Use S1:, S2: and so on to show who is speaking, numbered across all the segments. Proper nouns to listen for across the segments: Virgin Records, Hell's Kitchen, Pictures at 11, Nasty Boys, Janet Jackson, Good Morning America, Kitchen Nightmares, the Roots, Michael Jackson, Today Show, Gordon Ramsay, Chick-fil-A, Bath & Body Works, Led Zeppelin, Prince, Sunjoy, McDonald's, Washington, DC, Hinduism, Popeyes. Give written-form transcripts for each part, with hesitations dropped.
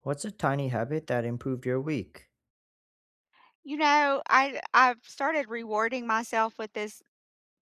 S1: What's a tiny habit that improved your week?
S2: You know, I've started rewarding myself with this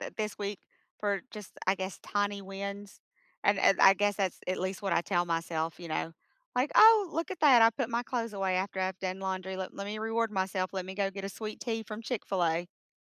S2: th- this week for just, I guess, tiny wins. And I guess that's at least what I tell myself, you know, like, oh, look at that. I put my clothes away after I've done laundry. Let me reward myself. Let me go get a sweet tea from Chick fil A,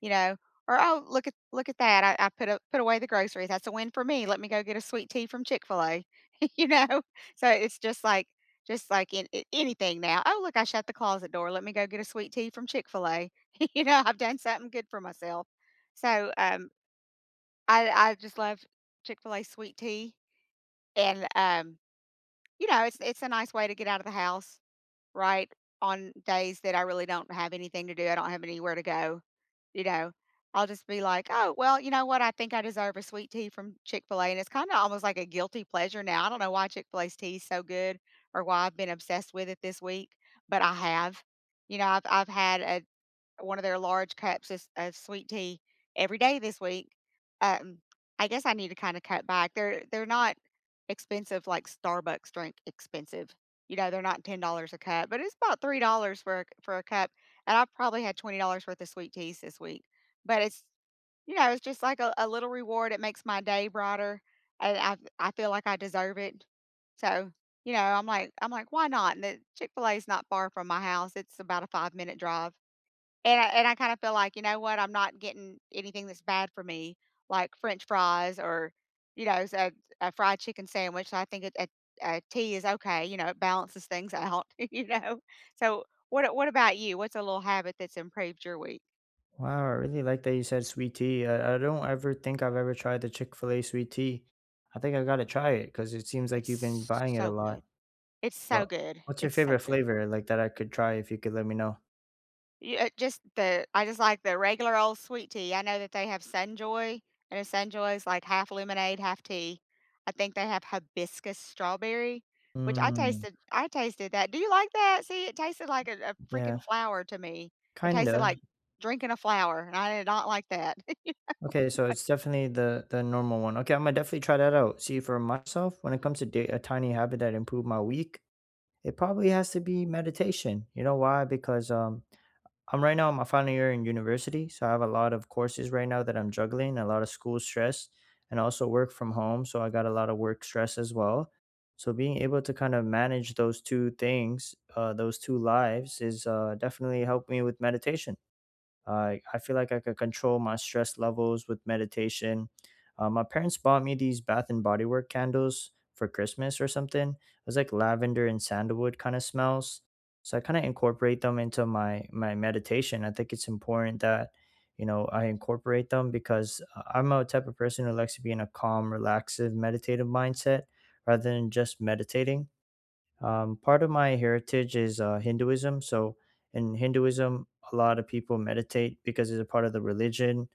S2: you know, or oh, look at that. I put put away the groceries. That's a win for me. Let me go get a sweet tea from Chick fil A, you know. So it's just like, just like in anything now. Oh, look, I shut the closet door. Let me go get a sweet tea from Chick fil A. You know, I've done something good for myself. So I just love Chick-fil-A sweet tea, and, you know, it's a nice way to get out of the house, right, on days that I really don't have anything to do, I don't have anywhere to go, you know? I'll just be like, "Oh, well, you know what, I think I deserve a sweet tea from Chick-fil-A," and it's kinda almost like a guilty pleasure now. I don't know why Chick-fil-A's tea is so good or why I've been obsessed with it this week, but I have. You know, I've had a one of their large cups of sweet tea every day this week. Um, I guess I need to kinda cut back. They're not expensive like Starbucks drink expensive. You know, they're not $10 a cup, but it's about $3 for a cup, and I've probably had $20 worth of sweet teas this week. But it's just like a little reward. It makes my day brighter, and I feel like I deserve it. So, you know, I'm like, "Why not?" And the Chick-fil-A is not far from my house. It's about a five-minute drive. And I kinda feel like, you know what, I'm not getting anything that's bad for me, like french fries or, you know, s a fried chicken sandwich, so I think a tea is okay, you know, it balances things out, you know? So, what about you? What's a little habit that's improved your week?
S1: Wow, I really like that you said sweet tea. I don't ever think I've ever tried the Chick fil A sweet tea. I think I gotta try it because it seems like you've been
S2: It's
S1: buying it a
S2: so
S1: lot.
S2: good. It's so
S1: But
S2: good.
S1: what's your
S2: It's so
S1: favorite
S2: good.
S1: flavor like that I could try if you could let me know?
S2: Yeah, just the I just like the regular old sweet tea. I know that they have Sunjoy, and a Sunjoy is like half lemonade, half tea. I think they have hibiscus strawberry, which I
S1: Mm,
S2: tasted. I tasted that. Do you like that? See, it tasted like a
S1: yeah,
S2: freaking flower to me. It tasted
S1: kinda.
S2: like drinking a flower, and I did not like that.
S1: Okay, so it's definitely the normal one. Okay, I'm gonna definitely try that out. See, for myself, when it comes to a tiny habit that improved my week, it probably has to be meditation. You know why? Because I'm right now in my final year in university, so I have a lot of courses right now that I'm juggling, a lot of school stress, and also work from home. So I got a lot of work stress as well. So being able to kind of manage those two things, those two lives, is definitely helped me with meditation. I feel like I could control my stress levels with meditation. My parents bought me these Bath and Body Work candles for Christmas or something. It was like lavender and sandalwood kind of smells. So I kind of incorporate them into my meditation. I think it's important that you know I incorporate them because I'm a type of person who likes to be in a calm, relaxive, meditative mindset rather than just meditating. Part of my heritage is Hinduism. So in Hinduism, a lot of people meditate because it's a part of the religion,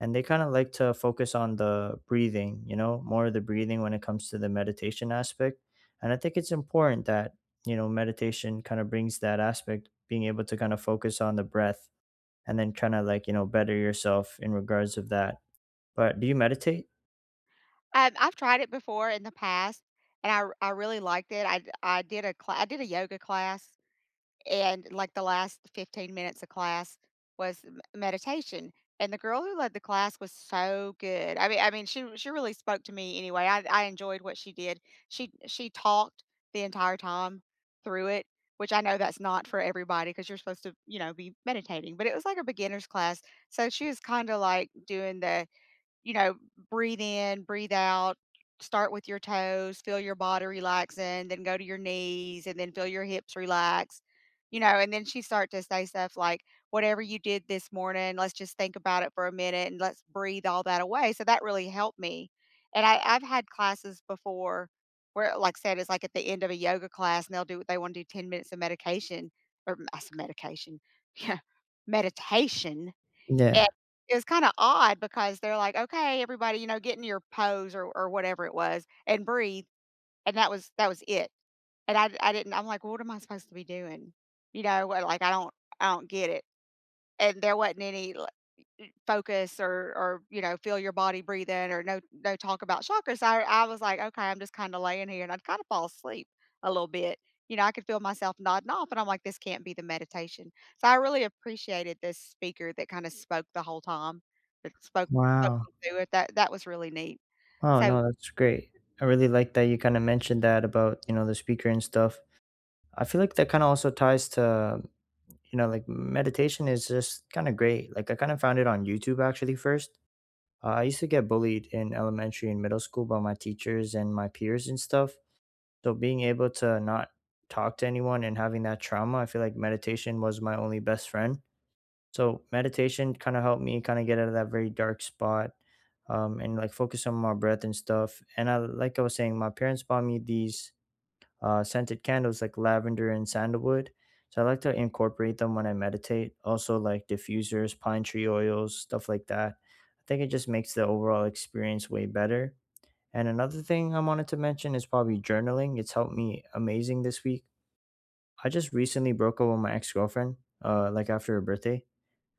S1: and they kind of like to focus on the breathing, you know, more of the breathing when it comes to the meditation aspect. And I think it's important that, you know, meditation kind of brings that aspect, being able to kind of focus on the breath and then kind of like, you know, better yourself in regards of that. But do you meditate?
S2: I've tried it before in the past, and I really liked it. I did a yoga class, and like the last 15 minutes of class was meditation, and the girl who led the class was so good. I mean, she really spoke to me. Anyway, I enjoyed what she did. She talked the entire time through it, which I know that's not for everybody, because you're supposed to, you know, be meditating, but it was like a beginner's class, so she was kind of like doing the, you know, breathe in, breathe out, start with your toes, feel your body relaxing, then go to your knees and then feel your hips relax. You know, and then she start to say stuff like, whatever you did this morning, let's just think about it for a minute and let's breathe all that away. So that really helped me. And I've had classes before where, like I said, it's like at the end of a yoga class and they want to do 10 minutes of medication or I said medication. Yeah. Meditation. And
S1: Yeah.
S2: it was kinda odd because they're like, "Okay, everybody, you know, get in your pose," or whatever it was, "and breathe," and that was it. And I didn't I'm like, well, "What am I supposed to be doing?" You know, where, like, I don't get it. And there wasn't any focus or you know feel your body breathing or no talk about chakras. So I was like, okay, I'm just kind of laying here and I'd kind of fall asleep a little bit, you know, I could feel myself nodding off and I'm like, this can't be the meditation. So I really appreciated this speaker that kind of spoke the whole time, that spoke
S1: Wow.
S2: me through it. That was really neat.
S1: Oh,
S2: So,
S1: no, that's great. I really like that you kind of mentioned that about, you know, the speaker and stuff. I feel like that kind of also ties to, you know, like meditation is just kind of great. Like I kind of found it on YouTube actually first. I used to get bullied in elementary and middle school by my teachers and my peers and stuff. So being able to not talk to anyone and having that trauma, I feel like meditation was my only best friend. So meditation kind of helped me kind of get out of that very dark spot, and like focus on my breath and stuff. And like I was saying, my parents bought me these scented candles like lavender and sandalwood. So I like to incorporate them when I meditate. Also like diffusers, pine tree oils, stuff like that. I think it just makes the overall experience way better. And another thing I wanted to mention is probably journaling. It's helped me amazing this week. I just recently broke up with my ex girlfriend, like after her birthday,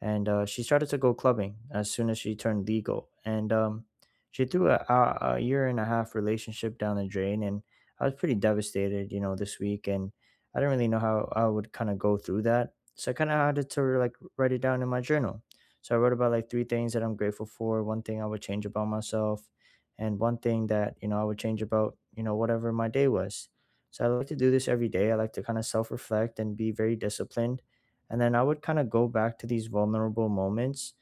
S1: and she started to go clubbing as soon as she turned legal. And she threw a year and a half relationship down the drain, and I was pretty devastated, you know, this week, and I didn't really know how I would kind of go through that. So I kind of had to like write it down in my journal. So I wrote about like three things that I'm grateful for, one thing I would change about myself, and one thing that you know I would change about you know whatever my day was. So I like to do this every day. I like to kind of self reflect and be very disciplined and then I would kind of go back to these vulnerable moments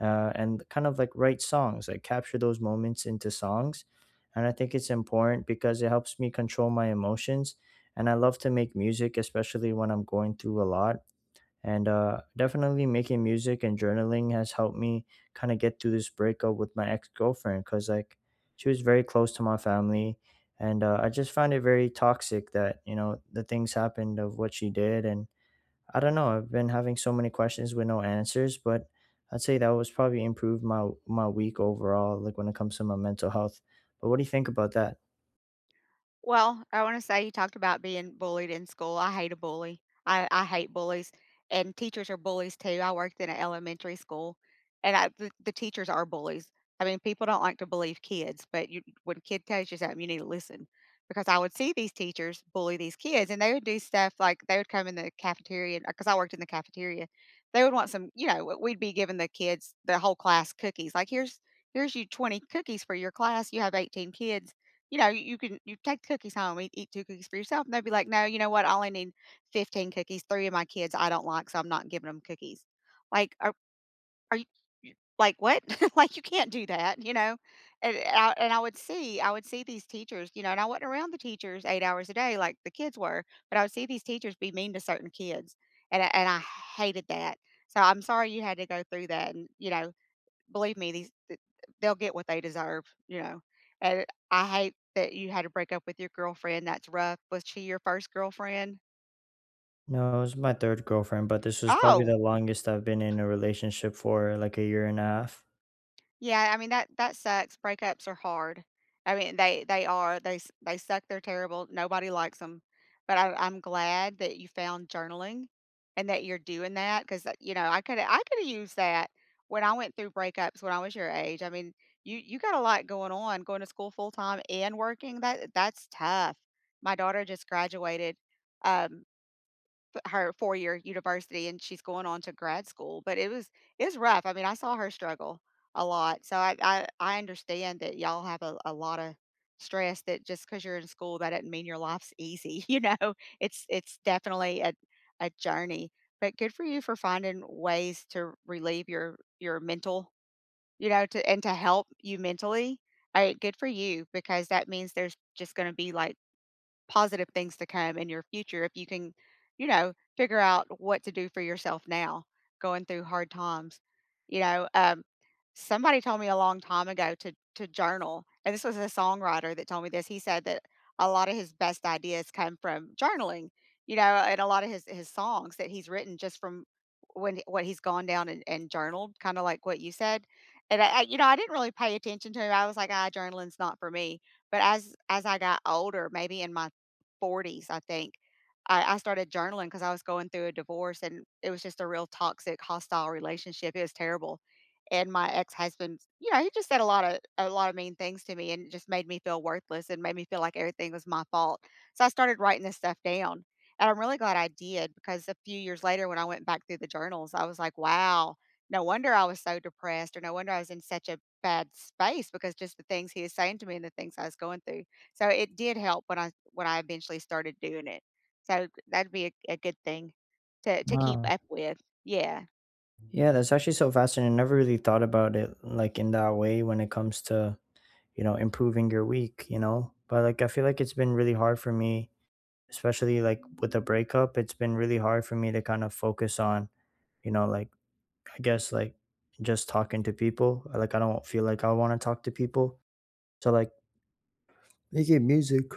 S1: and kind of like write songs like capture those moments into songs, and I think it's important because it helps me control my emotions, and I love to make music especially when I'm going through a lot, and definitely making music and journaling has helped me kind of get through this breakup with my ex-girlfriend because like she was very close to my family, and I just found it very toxic that you know the things happened of what she did, and I don't know. I've been having so many questions with no answers, but I'd say that was probably improved my week overall, like when it comes to my mental health. But what do you think about that?
S2: well, I wanna say you talked about being bullied in school. I hate a bully. I hate bullies, and teachers are bullies too. I worked in an elementary school, and I the teachers are bullies. I mean, people don't like to believe kids, but you when a kid tells you something, you need to listen, because I would see these teachers bully these kids, and they would do stuff like they would come in the cafeteria because I worked in the cafeteria. They would want some, you know, w we'd be giving the kids the whole class cookies, like, "Here's you 20 cookies for your class. You have 18 kids." You know, you can you take the cookies home, eat two cookies for yourself. And they'd be like, no, you know what? I only need 15 cookies. Three of my kids I don't like, so I'm not giving them cookies. Like, are you you- like what? Like, you can't do that, you know? And I would see these teachers, you know, and I wasn't around the teachers 8 hours a day like the kids were, but I would see these teachers be mean to certain kids. And I hated that. So I'm sorry you had to go through that. And, you know, believe me, they'll get what they deserve, you know. And I hate that you had to break up with your girlfriend. That's rough. Was she your first girlfriend?
S1: No, it was my third girlfriend, but this was probably the
S2: Oh,
S1: longest I've been in a relationship for like a year and a half.
S2: yeah, I mean that sucks. Breakups are hard. I mean, they are, they suck. They're terrible. Nobody likes them. But I'm glad that you found journaling, and that you're doing that because you know I could have used that when I went through breakups when I was your age. I mean you got a lot going on, going to school full time and working. That's tough. My daughter just graduated. Um, her four-year university, and she's going on to grad school, but it's rough. I mean, I saw her struggle a lot. So I understand that y'all have a lot of stress. That just because you're in school, that doesn't mean your life's easy. You know, it's definitely a journey. But good for you for finding ways to relieve your mental, you know, to and to help you mentally. All right, good for you, because that means there's just going to be like positive things to come in your future if you can, you know, figure out what to do for yourself now going through hard times. You know, somebody told me a long time ago to journal, and this was a songwriter that told me this. He said that a lot of his best ideas come from journaling, you know, and a lot of his songs that he's written just from when what he's gone down and, journaled, kind of like what you said. And I didn't really pay attention to him. I was like, ah, journaling's not for me. But as I got older, maybe in my 40s, I think, I started journaling because I was going through a divorce, and it was just a real toxic, hostile relationship, it was terrible, and my ex-husband, you know, he just said a lot of mean things to me, and it just made me feel worthless and made me feel like everything was my fault, so I started writing this stuff down, and I'm really glad I did because a few years later when I went back through the journals, I was like, "Wow, no wonder I was so depressed," or, "No wonder I was in such a bad space, because just the things he was saying to me and the things I was going through." So it did help when I eventually started doing it. So that'd be a good thing to keep
S1: Wow.
S2: up with. Yeah.
S1: Yeah, that's actually so fascinating. I never really thought about it like in that way when it comes to, you know, improving your week, you know? But like I feel like it's been really hard for me. Especially, like, with a breakup, it's been really hard for me to kind of focus on, you know, like, I guess, like, just talking to people. Like, I don't feel like I wanna talk to people. So, like, making music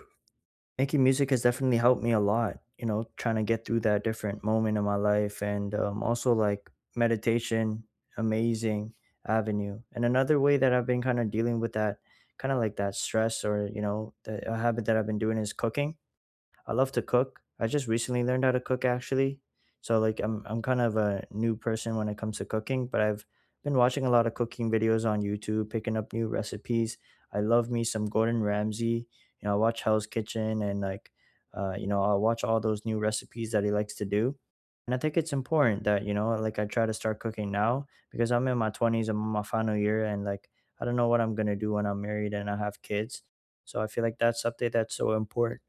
S1: making music has definitely helped me a lot, you know, trying to get through that different moment in my life and, also, like, meditation, amazing avenue. And another way that I've been kinda dealing with that kinda like that stress or, you know, the a habit that I've been doing is cooking. I love to cook. I just recently learned how to cook actually. So like I'm kind of a new person when it comes to cooking, but I've been watching a lot of cooking videos on YouTube, picking up new recipes. I love me some Gordon Ramsay. You know, I watch Hell's Kitchen and like you know, I'll watch all those new recipes that he likes to do. And I think it's important that, you know, like I try to start cooking now because I'm in my 20s, I'm in my final year and like I don't know what I'm going to do when I'm married and I have kids. So I feel like that's something that's so important.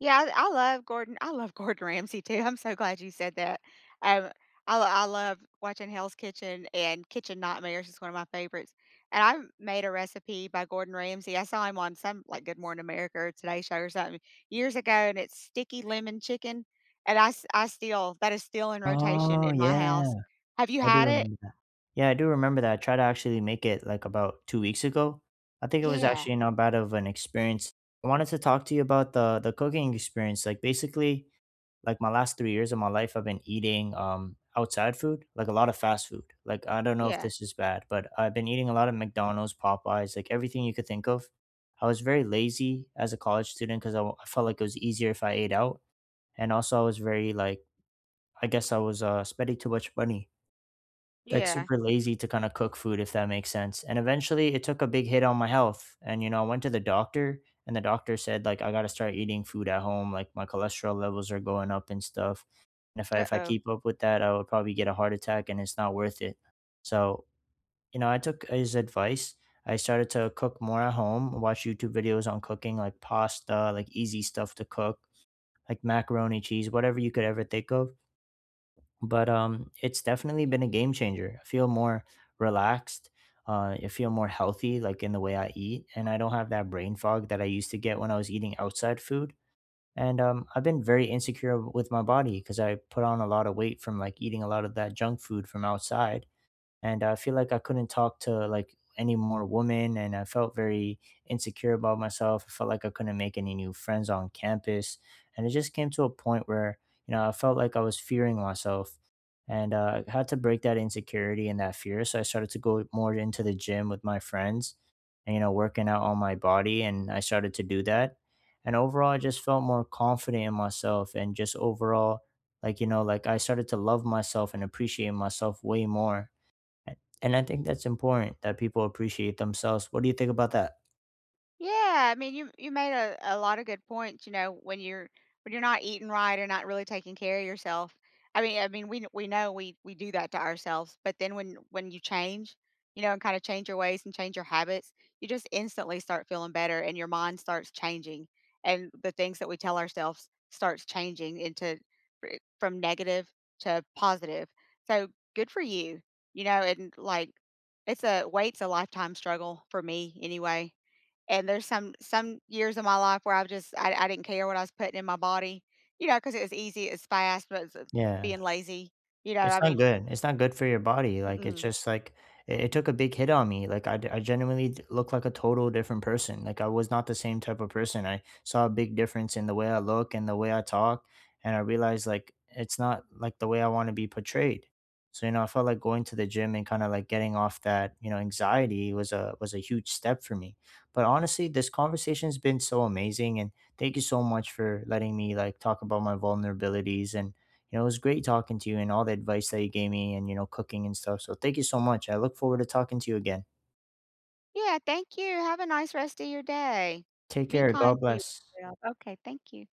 S2: Yeah, I love Gordon. I love Gordon Ramsay too. I'm so glad you said that. Um I love watching Hell's Kitchen, and Kitchen Nightmares is one of my favorites. And I made a recipe by Gordon Ramsay. I saw him on some like Good Morning America or Today Show or something years ago, and it's sticky lemon chicken. And I, s- I still that is still in rotation
S1: Oh,
S2: in my
S1: yeah.
S2: house. Have you
S1: I do
S2: had it?
S1: remember that. Yeah, I do remember that. I tried to actually make it, like, about 2 weeks ago. I think it was
S2: Yeah.
S1: actually not bad of an experience. I wanted to talk to you about the cooking experience. Like, basically, like, my last 3 years of my life, I've been eating, outside food, like, a lot of fast food. Like, I don't know if
S2: Yeah,
S1: this is bad, but I've been eating a lot of McDonald's, Popeyes, like, everything you could think of. I was very lazy as a college student because I felt like it was easier if I ate out, and also I was very, like, I guess I was, spending too much money, like,
S2: yeah.
S1: super lazy to kinda cook food, if that makes sense, and eventually, it took a big hit on my health, and, you know, I went to the doctor, and the doctor said, like, "I gotta start eating food at home, like, my cholesterol levels are going up and stuff, and if I
S2: Uh-oh.
S1: keep up with that, I would probably get a heart attack, and it's not worth it." So, you know, I took his advice, I started to cook more at home, watch YouTube videos on cooking, like pasta, like easy stuff to cook, like macaroni, cheese, whatever you could ever think of, but it's definitely been a game changer. I feel more relaxed. I feel more healthy like in the way I eat, and I don't have that brain fog that I used to get when I was eating outside food. And I've been very insecure with my body because I put on a lot of weight from like eating a lot of that junk food from outside, and I feel like I couldn't talk to like any more women, and I felt very insecure about myself. I felt like I couldn't make any new friends on campus, and it just came to a point where you know I felt like I was fearing myself, and I had to break that insecurity and that fear, so I started to go more into the gym with my friends, and you know working out on my body, and I started to do that, and overall I just felt more confident in myself and just overall like you know like I started to love myself and appreciate myself way more, and I think that's important that people appreciate themselves. What do you think about that?
S2: Yeah, I mean, you made a lot of good points. You know, when you're not eating right or not really taking care of yourself. I mean, we know we do that to ourselves, but then when you change, you know, and kind of change your ways and change your habits, you just instantly start feeling better, and your mind starts changing, and the things that we tell ourselves starts changing into from negative to positive. So good for you, you know, and like it's a weight's a lifetime struggle for me anyway, and there's some years of my life where I didn't care what I was putting in my body, you know, because it was easy, it's fast, but it's,
S1: Yeah.
S2: being lazy, you know,
S1: It's
S2: I
S1: not
S2: mean
S1: good. It's not good for your body. Like, it's
S2: mm
S1: just like it took a big hit on me. Like, I genuinely look like a total different person. Like, I was not the same type of person. I saw a big difference in the way I look and the way I talk. And I realized, like, it's not like the way I want to be portrayed. So, you know, I felt like going to the gym and kind of like getting off that, you know, anxiety was a huge step for me. But honestly, this conversation's been so amazing, and thank you so much for letting me like talk about my vulnerabilities and you know, it was great talking to you and all the advice that you gave me and, you know, cooking and stuff. So thank you so much. I look forward to talking to you again.
S2: Yeah, thank you, have a nice rest of your day.
S1: Take
S2: Be
S1: care. God
S2: kind to
S1: bless.
S2: yourself. Okay, thank you.